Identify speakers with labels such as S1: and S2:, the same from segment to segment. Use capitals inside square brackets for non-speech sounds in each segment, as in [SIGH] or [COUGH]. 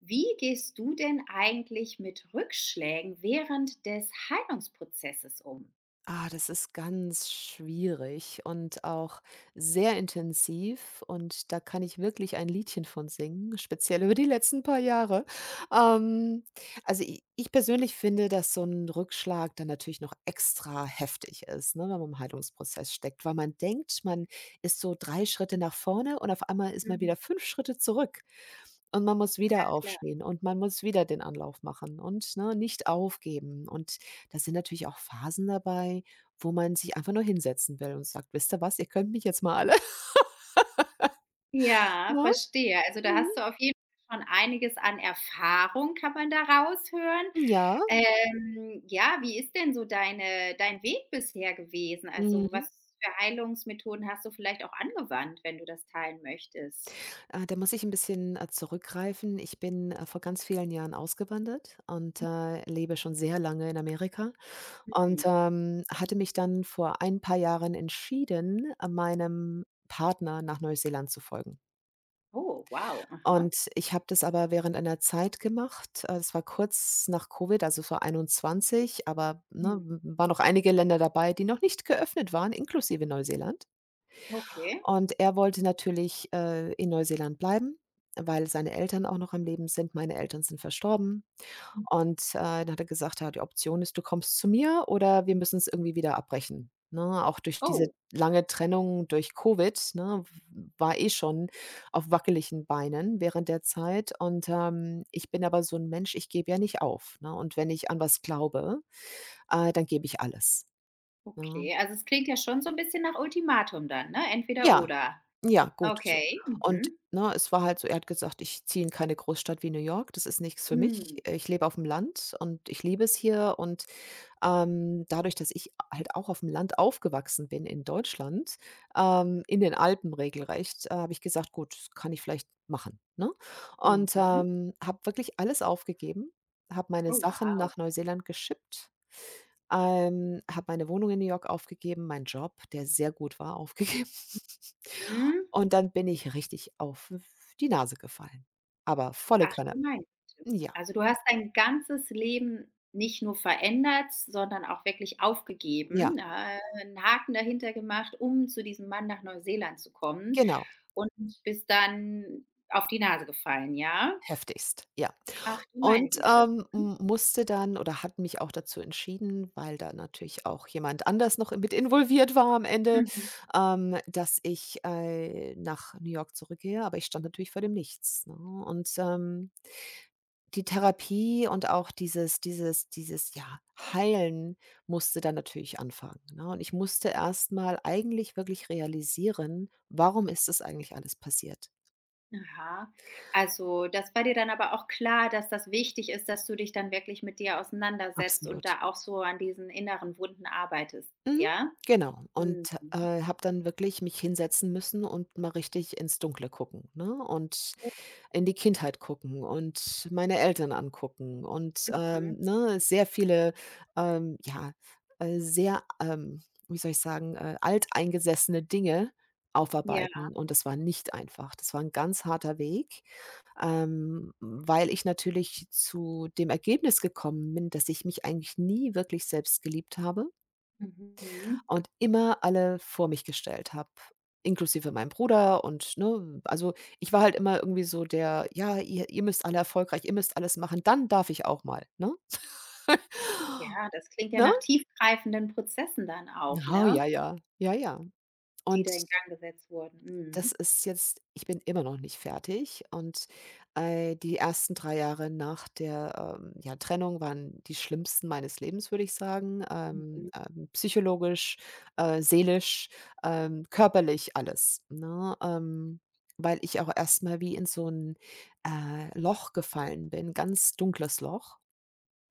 S1: Wie gehst du denn eigentlich mit Rückschlägen während des Heilungsprozesses um?
S2: Ah, das ist ganz schwierig und auch sehr intensiv und da kann ich wirklich ein Liedchen von singen, speziell über
S1: Mhm.
S2: die letzten paar Jahre. Ähm, also, i ich persönlich finde, dass so ein Rückschlag dann natürlich noch extra heftig ist, ne, wenn man im Heilungsprozess steckt, weil man denkt, man ist so 3 Schritte nach vorne und auf einmal ist man
S1: Mhm,
S2: wieder 5 Schritte zurück. Und man muss wieder
S1: klar.
S2: aufstehen und man muss wieder den Anlauf machen und, ne, nicht aufgeben. Und da sind natürlich auch Phasen dabei, wo man sich einfach nur hinsetzen will und sagt: „Wisst ihr was? Ihr könnt mich jetzt mal alle", [LAUGHS]
S1: Ja,
S2: ne?
S1: verstehe. Also, da hast du
S2: Mhm.
S1: auf jeden Fall schon einiges an Erfahrung, kann man da raushören.
S2: Ja,
S1: Ja, wie ist denn so dein Weg bisher gewesen? Also,
S2: mhm.
S1: was für Heilungsmethoden hast du vielleicht auch angewandt, wenn du das teilen möchtest?
S2: Da muss ich ein bisschen, zurückgreifen. Ich bin, vor ganz vielen Jahren ausgewandert und, lebe schon sehr lange in Amerika und,
S1: Mhm.
S2: hatte mich dann vor ein paar Jahren entschieden, meinem Partner nach Neuseeland zu folgen.
S1: Oh, wow. Aha.
S2: Und ich habe das aber während einer Zeit gemacht. Es war kurz nach Covid, also vor war 21, aber, ne,
S1: Mhm.
S2: waren noch einige Länder dabei, die noch nicht geöffnet waren, inklusive Neuseeland.
S1: Okay.
S2: Und er wollte natürlich, in Neuseeland bleiben, weil seine Eltern auch noch am Leben sind. Meine Eltern sind verstorben.
S1: Mhm.
S2: Und, dann hat er gesagt: „Ja, die Option ist, du kommst zu mir oder wir müssen es irgendwie wieder abbrechen." Ne, auch durch diese
S1: Oh.
S2: lange Trennung durch Covid, ne, w war eh schon auf wackeligen Beinen während der Zeit und, ich bin aber so ein Mensch, ich gebe ja nicht auf, ne? Und wenn ich an was glaube, dann gebe ich alles, ne?
S1: Okay, also es klingt ja schon so ein bisschen nach Ultimatum dann, ne? Entweder
S2: Ja,
S1: oder.
S2: ja, gut. So.
S1: Okay,
S2: Und,
S1: mhm.
S2: ne, es war halt so, er hat gesagt: „Ich ziehe in keine Großstadt wie New York, das ist nichts für mich.
S1: Hm,
S2: Ich lebe auf dem Land und ich liebe es hier und." Dadurch, dass ich halt auch auf dem Land aufgewachsen bin in Deutschland, in den Alpen regelrecht, habe ich gesagt: „Gut, das kann ich vielleicht machen", ne? Und,
S1: mhm.
S2: habe wirklich alles aufgegeben, habe meine
S1: Oh,
S2: Sachen
S1: wow.
S2: nach Neuseeland geschippt, habe meine Wohnung in New York aufgegeben, meinen Job, der sehr gut war, aufgegeben. [LAUGHS]
S1: Mhm.
S2: Und dann bin ich richtig auf die Nase gefallen, aber volle
S1: Ach,
S2: Granne.
S1: du meinst.
S2: Ja,
S1: Also, du hast dein ganzes Leben nicht nur verändert, sondern auch wirklich
S2: ja,
S1: aufgegeben, 'n Haken dahinter gemacht, um zu diesem Mann nach Neuseeland zu kommen
S2: genau,
S1: und bist dann auf die Nase gefallen, ja?
S2: heftigst, ja.
S1: Ach, du meine
S2: Und,
S1: Güte. Mhm.
S2: m musste dann oder hat mich auch dazu entschieden, weil da natürlich auch jemand anders noch mit involviert war am Ende,
S1: Mhm.
S2: dass ich, nach New York zurückgehe, aber ich stand natürlich vor dem Nichts, ne? Und, die Therapie und auch dieses, ja, Heilen musste dann natürlich anfangen, ne? Und ich musste erst mal eigentlich wirklich realisieren, warum ist das eigentlich alles passiert?
S1: Aha. Also, das war dir dann aber auch klar, dass das wichtig ist, dass du dich dann wirklich mit dir auseinandersetzt und
S2: Absolut.
S1: da auch so an diesen inneren Wunden arbeitest,
S2: Mhm,
S1: ja?
S2: genau. Und,
S1: Mhm.
S2: habe dann wirklich mich hinsetzen müssen und mal richtig ins Dunkle gucken, ne? Und in die Kindheit gucken und meine Eltern angucken und,
S1: Mhm.
S2: ne, sehr viele, ja, sehr, wie soll ich sagen, alteingesessene Dinge
S1: Ja.
S2: aufarbeiten, und das war nicht einfach. Das war ein ganz harter Weg, weil ich natürlich zu dem Ergebnis gekommen bin, dass ich mich eigentlich nie wirklich selbst geliebt habe
S1: Mhm.
S2: und immer alle vor mich gestellt habe, inklusive meinem Bruder und, ne, also ich war halt immer irgendwie so der: „Ja, ihr müsst alle erfolgreich, ihr müsst alles machen, dann darf ich auch mal", ne?
S1: Ja, das klingt ja
S2: Ne?
S1: nach tiefgreifenden Prozessen dann auch,
S2: Ja, ja,
S1: ne,
S2: ja, ja, ja.
S1: die
S2: Und
S1: da in Gang gesetzt wurden.
S2: Das
S1: Mhm.
S2: ist jetzt, ich bin immer noch nicht fertig und, die ersten 3 Jahre nach der, ja, Trennung waren die schlimmsten meines Lebens, würde ich sagen.
S1: Mhm.
S2: Psychologisch, seelisch, körperlich, alles, ne? Weil ich auch erst mal wie in so ein Loch gefallen bin, ganz dunkles Loch.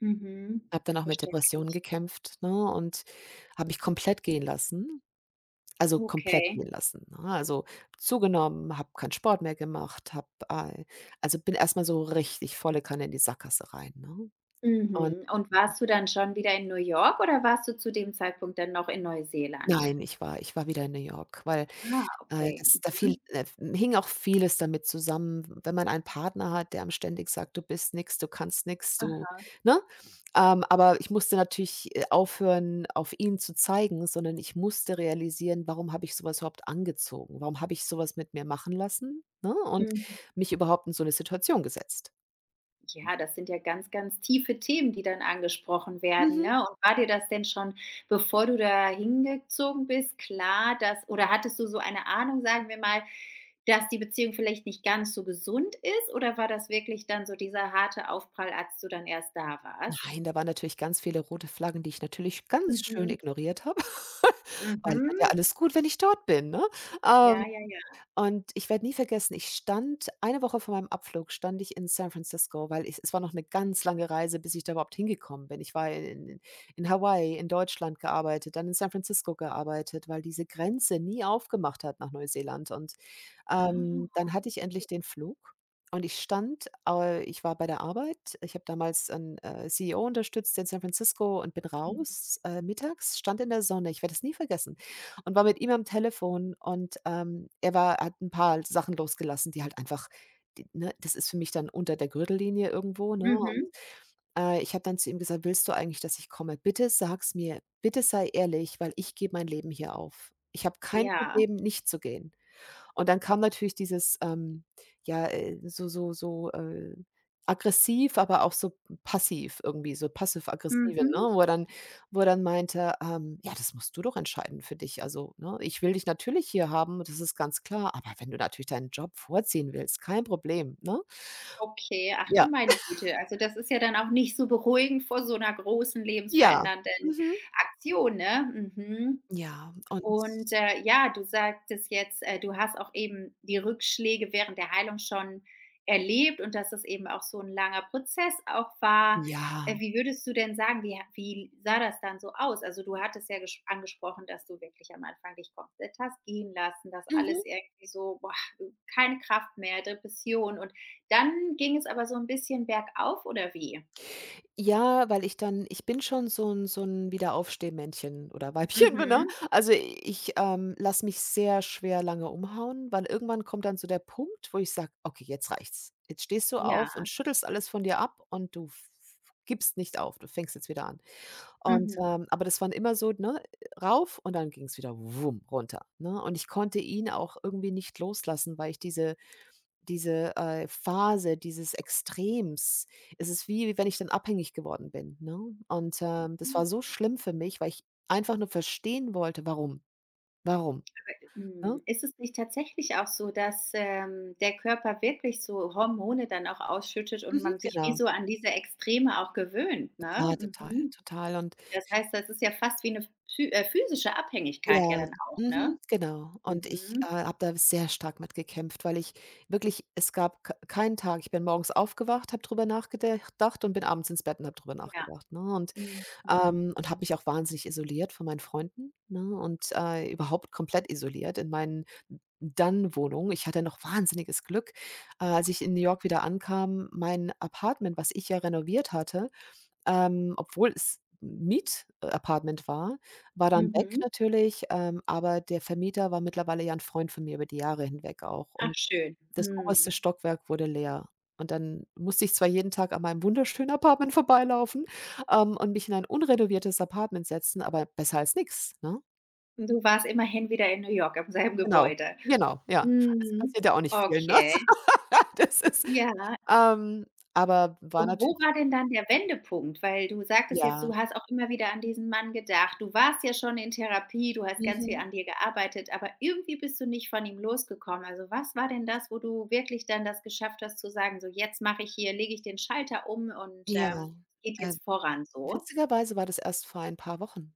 S1: Mhm.
S2: Habe dann auch mit Depressionen
S1: Verständlich.
S2: gekämpft, ne, und habe mich komplett gehen lassen. Also, komplett
S1: Okay.
S2: gehen lassen, ne? Also, zugenommen, habe keinen Sport mehr gemacht, also, bin erstmal so richtig volle Kanne in die Sackgasse rein, ne? Und
S1: Mhm. Und warst du dann schon wieder in New York oder warst du zu dem Zeitpunkt dann noch in Neuseeland?
S2: Nein, ich war wieder in New York, weil,
S1: Ah, okay.
S2: das da fiel
S1: Mhm.
S2: hing auch vieles damit zusammen, wenn man einen Partner hat, der einem ständig sagt: „Du bist nix, du kannst nix, du",
S1: Aha.
S2: ne? Aber ich musste natürlich, aufhören, auf ihn zu zeigen, sondern ich musste realisieren, warum habe ich so was überhaupt angezogen? Warum habe ich so was mit mir machen lassen, ne, und
S1: Mhm.
S2: mich überhaupt in so 'ne Situation gesetzt?
S1: Ja, das sind ja ganz, ganz tiefe Themen, die dann angesprochen werden,
S2: Mhm.
S1: ne? Und war dir das denn schon, bevor du da hingezogen bist, klar, dass oder hattest du so eine Ahnung, sagen wir mal, dass die Beziehung vielleicht nicht ganz so gesund ist? Oder war das wirklich dann so dieser harte Aufprall, als du dann erst da warst?
S2: Nein, da waren natürlich ganz viele rote Flaggen, die ich natürlich ganz schön
S1: Mhm.
S2: ignoriert habe, [LAUGHS] weil wird ja
S1: Mhm.
S2: alles gut, wenn ich dort bin, ne? Ähm,
S1: Ja, ja, ja.
S2: und ich werde nie vergessen, ich stand eine Woche vor meinem Abflug, stand ich in San Francisco, weil ich es war noch eine ganz lange Reise, bis ich da überhaupt hingekommen bin. Ich war in in Hawaii, in Deutschland gearbeitet, dann in San Francisco gearbeitet, weil diese Grenze nie aufgemacht hat nach Neuseeland, und
S1: Ah.
S2: dann hatte ich endlich den Flug, und ich stand ich war bei der Arbeit. Ich habe damals einen CEO unterstützt in San Francisco und bin
S1: Mhm.
S2: raus, mittags, stand in der Sonne, ich werde es nie vergessen, und war mit ihm am Telefon und, er war hat ein paar Sachen losgelassen, die halt einfach die ne, das ist für mich dann unter der Gürtellinie irgendwo, ne? Und,
S1: Mhm.
S2: ich habe dann zu ihm gesagt: „Willst du eigentlich, dass ich komme? Bitte sag's mir. Bitte sei ehrlich, weil ich gebe mein Leben hier auf. Ich habe kein
S1: Ja.
S2: Problem, nicht zu gehen." Und dann kam natürlich dieses, ja, so, aggressiv, aber auch so passiv irgendwie, so passiv-aggressive,
S1: Mhm.
S2: ne, wo er dann meinte: „Ja, das musst du doch entscheiden für dich. Also, ne, ich will dich natürlich hier haben, das ist ganz klar, aber wenn du natürlich deinen Job vorziehen willst, kein Problem", ne?
S1: Okay, ach du
S2: Ja,
S1: meine Güte. Also, das ist ja dann auch nicht so beruhigend vor so 'ner großen
S2: ja.
S1: lebensverändernden
S2: Mhm.
S1: Aktion, ne? Mhm.
S2: Ja, und
S1: Ja, du sagtest jetzt, du hast auch eben die Rückschläge während der Heilung schon erlebt und dass es eben auch so ein langer Prozess auch war.
S2: ja.
S1: Wie würdest du denn sagen, wie sah das dann so aus? Also, du hattest ja gesch angesprochen, dass du wirklich am Anfang dich komplett hast gehen lassen, dass
S2: Mhm.
S1: alles irgendwie so, boah, keine Kraft mehr, Depression und dann ging es aber so ein bisschen bergauf oder wie?
S2: Ja, weil ich dann ich bin schon so 'n Wiederaufstehmännchen oder Weibchen [LAUGHS] bin, ne?
S1: Mhm.
S2: Also, ich, lasse mich sehr schwer lange umhauen, weil irgendwann kommt dann so der Punkt, wo ich sage: „Okay, jetzt reicht's. Jetzt stehst du auf und
S1: Ja.
S2: schüttelst alles von dir ab und du f gibst nicht auf. Du fängst jetzt wieder an." Und,
S1: Mhm.
S2: aber das waren immer so, ne, rauf und dann ging's wieder wumm runter, ne? Und ich konnte ihn auch irgendwie nicht loslassen, weil ich diese Phase dieses Extrems. Es ist wie wenn ich dann abhängig geworden bin, ne? Und. Mhm. Das war so schlimm für mich, weil ich einfach nur verstehen wollte, warum? Warum, ne?
S1: Hm, ist es nicht tatsächlich auch so, dass, der Körper wirklich so Hormone dann auch ausschüttet und
S2: Mhm.
S1: man sich wie
S2: Genau.
S1: so an diese Extreme auch gewöhnt, ne?
S2: Ja, total,
S1: Mhm.
S2: total. Und
S1: Das heißt, das ist ja fast wie eine psy physische Abhängigkeit ja
S2: ja,
S1: dann auch, ne?
S2: mhm, genau. Und ich,
S1: Mhm.
S2: habe da sehr stark mit gekämpft, weil ich wirklich, es gab k keinen Tag, ich bin morgens aufgewacht, habe drüber nachgedacht und bin abends ins Bett und habe drüber
S1: Ja.
S2: nachgedacht, ne? Und
S1: Mhm.
S2: Und habe mich auch wahnsinnig isoliert von meinen Freunden, ne, und, überhaupt komplett isoliert in meinen Dann-Wohnungen. Ich hatte noch wahnsinniges Glück, als ich in New York wieder ankam, mein Apartment, was ich ja renoviert hatte, obwohl es 'n Miet-Apartment war, war dann weg
S1: Mhm.
S2: natürlich, aber der Vermieter war mittlerweile ja ein Freund von mir über die Jahre hinweg auch,
S1: Ach
S2: und
S1: schön.
S2: das
S1: Mhm.
S2: oberste Stockwerk wurde leer. Und dann musste ich zwar jeden Tag an meinem wunderschönen Apartment vorbeilaufen, und mich in ein unrenoviertes Apartment setzen, aber besser als nix, ne?
S1: Und du warst immerhin wieder in New York, am selben
S2: Genau,
S1: Gebäude.
S2: genau, ja. Es
S1: Mhm.
S2: passiert ja auch nicht vielen, ne?
S1: Okay.
S2: [LAUGHS] Das ist
S1: Ja.
S2: ähm, aber war
S1: Und wo
S2: natürlich,
S1: war denn dann der Wendepunkt? Weil du sagtest jetzt,
S2: ja.
S1: du hast auch immer wieder an diesen Mann gedacht. Du warst ja schon in Therapie, du hast ganz viel
S2: Mhm.
S1: an dir gearbeitet, aber irgendwie bist du nicht von ihm losgekommen. Also, was war denn das, wo du wirklich dann das geschafft hast zu sagen: „So, jetzt mache ich hier lege ich den Schalter um und,
S2: Ja.
S1: ähm, geht
S2: Äh,
S1: jetzt voran so?“
S2: Witzigerweise war das erst vor ein paar Wochen.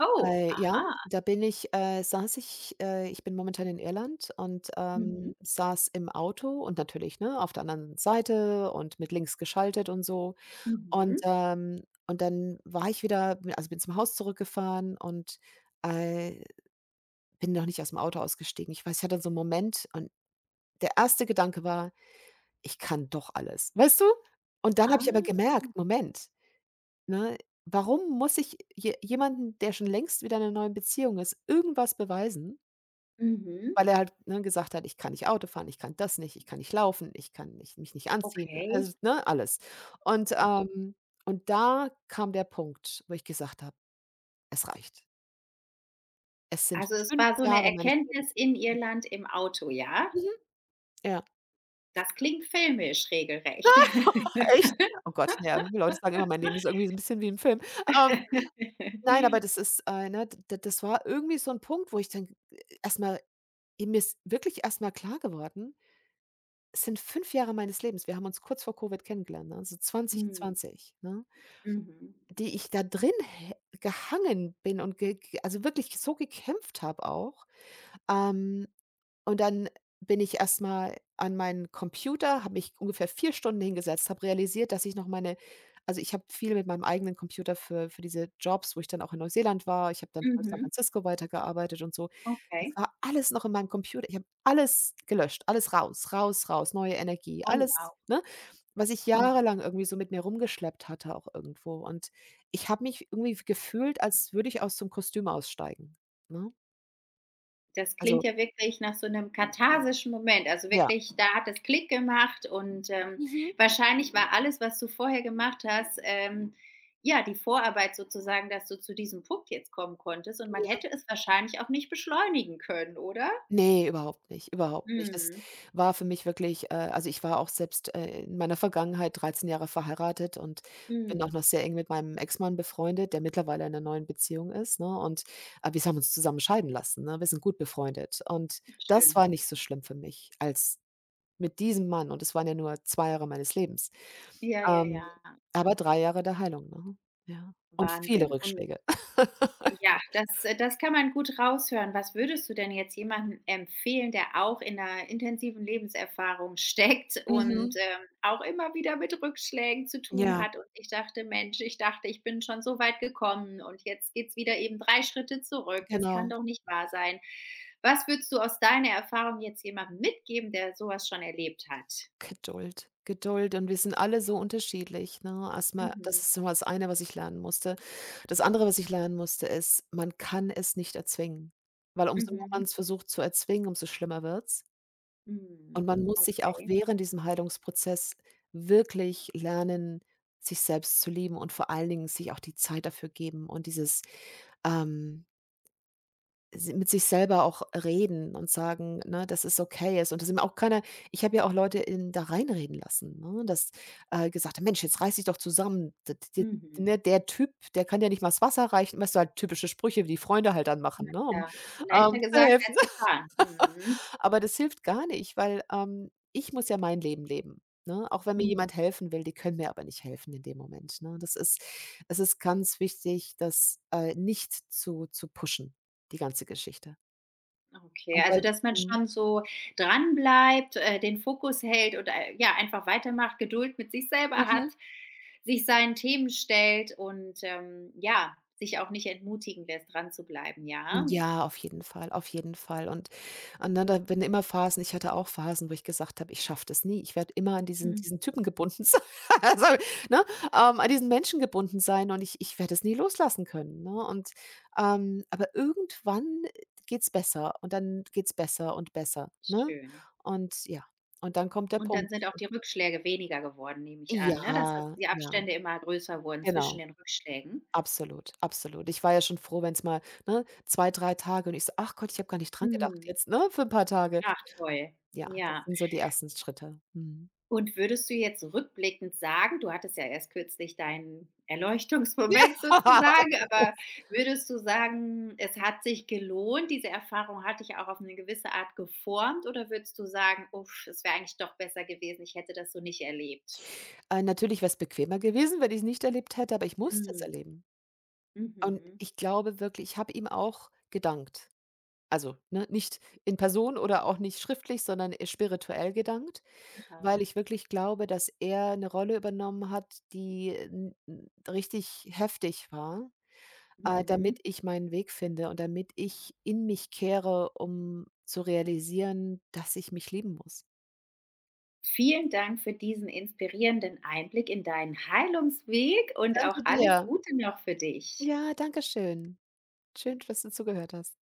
S1: Oh,
S2: Ja,
S1: aha.
S2: da bin ich saß ich ich bin momentan in Irland und,
S1: Mhm,
S2: saß im Auto und, natürlich, ne, auf der anderen Seite und mit links geschaltet und so.
S1: mhm.
S2: Und dann war ich wieder bin also, bin zum Haus zurückgefahren und, äh, bin noch nicht aus dem Auto ausgestiegen. Ich weiß, ich hatte so einen Moment, und der erste Gedanke war: „Ich kann doch alles." Weißt du? Und dann habe ich aber
S1: Ah,
S2: gemerkt: „Moment." Ne? Warum muss ich je jemanden, der schon längst wieder in 'ner neuen Beziehung ist, irgendwas beweisen?
S1: mhm.
S2: Weil er halt, ne, gesagt hat: „Ich kann nicht Auto fahren, ich kann das nicht, ich kann nicht laufen, ich kann nicht, mich nicht anziehen."
S1: Okay.
S2: Also, ne, alles. Und,
S1: Du-
S2: ähm und da kam der Punkt, wo ich gesagt habe: „Es reicht. Es sind
S1: Also, es
S2: 5
S1: war so eine
S2: Jahre meines Lebens."
S1: Erkenntnis in Irland im Auto, ja?
S2: Mhm, ja.
S1: Das klingt filmisch regelrecht.
S2: [LAUGHS]
S1: [LAUGHS]
S2: Echt? Oh Gott, ja, die Leute sagen immer, mein Leben ist irgendwie so 'n bisschen wie ein Film. Ähm, nein, aber
S1: [LAUGHS]
S2: das ist, ne, d d das war irgendwie so ein Punkt, wo ich dann erstmal, mir ist wirklich erst mal klar geworden, es sind 5 Jahre meines Lebens. Wir haben uns kurz vor Covid kennengelernt, ne, so
S1: Hm,
S2: 2020, ne,
S1: mhm,
S2: die ich da drin hä gehangen bin und ge ge also, wirklich so gekämpft habe auch. Ähm und dann bin ich erst mal an meinen Computer, habe mich ungefähr 4 Stunden hingesetzt, habe realisiert, dass ich noch meine also, ich habe viel mit meinem eigenen Computer für diese Jobs, wo ich dann auch in Neuseeland war. Ich habe dann für San
S1: mhm,
S2: Francisco weitergearbeitet und so. Das
S1: okay.
S2: war alles noch in meinem Computer. Ich habe alles gelöscht, alles raus, raus, raus, neue Energie,
S1: Oh, wow.
S2: alles, ne, was ich
S1: Mhm.
S2: jahrelang irgendwie so mit mir rumgeschleppt hatte auch irgendwo. Und ich habe mich irgendwie gefühlt, als würde ich aus so 'nem Kostüm aussteigen, ne?
S1: Das
S2: Also
S1: klingt ja wirklich nach so einem katharsischen Moment. Also,
S2: ja.
S1: wirklich, da hat es Klick gemacht und
S2: Mhm.
S1: wahrscheinlich war alles, was du vorher gemacht hast, ja, die Vorarbeit sozusagen, dass du zu diesem Punkt jetzt kommen konntest und man
S2: Ja.
S1: hätte es wahrscheinlich auch nicht beschleunigen können, oder?
S2: Ne, überhaupt nicht, überhaupt nicht. Das
S1: Mhm,
S2: war für mich wirklich, also, ich war auch selbst, in meiner Vergangenheit 13 Jahre verheiratet und bin
S1: mhm.
S2: auch noch sehr eng mit meinem Ex-Mann befreundet, der mittlerweile in 'ner neuen Beziehung ist, ne? Und aber wir haben uns zusammen scheiden lassen, ne? Wir sind gut befreundet. Und
S1: Ach
S2: das
S1: schön.
S2: war
S1: Mhm.
S2: nicht so schlimm für mich als mit diesem Mann und es waren ja nur 2 Jahre meines Lebens.
S1: Ja, ja,
S2: Ähm,
S1: ja.
S2: aber 3 Jahre der Heilung, ne? Ja. Und viele
S1: Wahnsinn. Und
S2: Rückschläge.
S1: ja, das das kann man gut raushören. Was würdest du denn jetzt jemandem empfehlen, der auch in einer intensiven Lebenserfahrung steckt und,
S2: Mhm.
S1: auch immer wieder mit Rückschlägen zu
S2: [LAUGHS]
S1: tun
S2: Ja,
S1: hat und ich dachte: „Mensch, ich dachte, ich bin schon so weit gekommen und jetzt geht's wieder eben 3 Schritte zurück. Das kann
S2: genau.
S1: doch nicht wahr sein.“ Was würdest du aus deiner Erfahrung jetzt jemandem mitgeben, der sowas schon erlebt hat?
S2: Geduld, Geduld und wir sind alle so unterschiedlich, ne? Erstmal, das
S1: Mhm,
S2: ist so mal das eine, was ich lernen musste. Das andere, was ich lernen musste, ist, man kann es nicht erzwingen, weil umso mehr
S1: mhm,
S2: man's versucht zu erzwingen, umso schlimmer wird's. Und man
S1: mhm,
S2: muss sich auch
S1: okay.
S2: während diesem Heilungsprozess wirklich lernen, sich selbst zu lieben und vor allen Dingen sich auch die Zeit dafür geben und dieses, ähm si mit sich selber auch reden und sagen, ne, dass es okay ist. Und das sind auch keiner ich habe ja auch Leute in da reinreden lassen, ne, dass, gesagt haben: „Mensch, jetzt reiß dich doch zusammen. D d d
S1: Mhm,
S2: ne, der Typ, der kann ja nicht mal das Wasser reichen.“ Weißt du, halt typische Sprüche, die Freunde halt dann machen, ne, um,
S1: ja. Leichter
S2: zu
S1: gesagt
S2: helfen.
S1: als
S2: [LAUGHS]
S1: getan. Mhm.
S2: Aber das hilft gar nicht, weil, ich muss ja mein Leben leben, ne? Auch wenn mir
S1: Mhm.
S2: jemand helfen will, die können mir aber nicht helfen in dem Moment, ne? Das ist es ist ganz wichtig, das, nicht zu pushen, die ganze Geschichte.
S1: Okay,
S2: Aber
S1: also dass man
S2: mhm.
S1: schon so dranbleibt, den Fokus hält und ja, einfach weitermacht, Geduld mit sich selber hat,
S2: Mhm.
S1: sich seinen Themen stellt und, ja, sich auch nicht entmutigen lässt, dran zu bleiben, ja?
S2: Ja, auf jeden Fall, auf jeden Fall. Und dann da bin immer Phasen ich hatte auch Phasen, wo ich gesagt habe: „Ich schaffe das nie. Ich werde immer an diesen
S1: Mhm,
S2: diesen Typen gebunden sein.“ [LAUGHS] Also, ne, an diesen Menschen gebunden sein und ich werde es nie loslassen können, ne? Und, aber irgendwann geht's besser und dann geht's besser und besser, ne?
S1: schön.
S2: Und ja, und dann kommt der
S1: Und dann
S2: Punkt.
S1: sind auch die Rückschläge weniger geworden, nehme ich an, ne, dass das
S2: Ja,
S1: die
S2: ja,
S1: Abstände immer größer wurden zwischen
S2: genau.
S1: den Rückschlägen?
S2: Absolut, absolut. Ich war ja schon froh, wenn es mal, ne, 2, 3 Tage und ich so: „Ach Gott, ich habe gar nicht dran gedacht
S1: Mhm.
S2: jetzt, ne, für 'n paar Tage.“
S1: Ach, toll.
S2: Ja, das
S1: Ja.
S2: sind so die ersten Schritte. Mhm.
S1: Und würdest du jetzt rückblickend sagen du hattest ja erst kürzlich deinen
S2: [LAUGHS]
S1: Erleuchtungsmoment [LAUGHS]
S2: Ja.
S1: sozusagen, aber würdest du sagen, es hat sich gelohnt, diese Erfahrung hat dich auch auf eine gewisse Art geformt oder würdest du sagen: „Uff, es wäre eigentlich doch besser gewesen, ich hätte das so nicht erlebt?“
S2: Natürlich wär's bequemer gewesen, wenn ich's nicht erlebt hätte, aber ich musste es
S1: Mhm.
S2: erleben. Und
S1: Mhm.
S2: ich glaube wirklich, ich habe ihm auch gedankt. Also, ne, nicht in Person oder auch nicht schriftlich, sondern, spirituell gedankt, weil
S1: Aha.
S2: ich wirklich glaube, dass er 'ne Rolle übernommen hat, die, n n richtig heftig war. Damit
S1: Mhm.
S2: ich meinen Weg finde und damit ich in mich kehre, um zu realisieren, dass ich mich lieben muss.
S1: Vielen Dank für diesen inspirierenden Einblick in deinen Heilungsweg und auch
S2: Danke
S1: alles
S2: dir.
S1: Gute noch für dich.
S2: Ja, danke schön. Schön, dass du zugehört hast.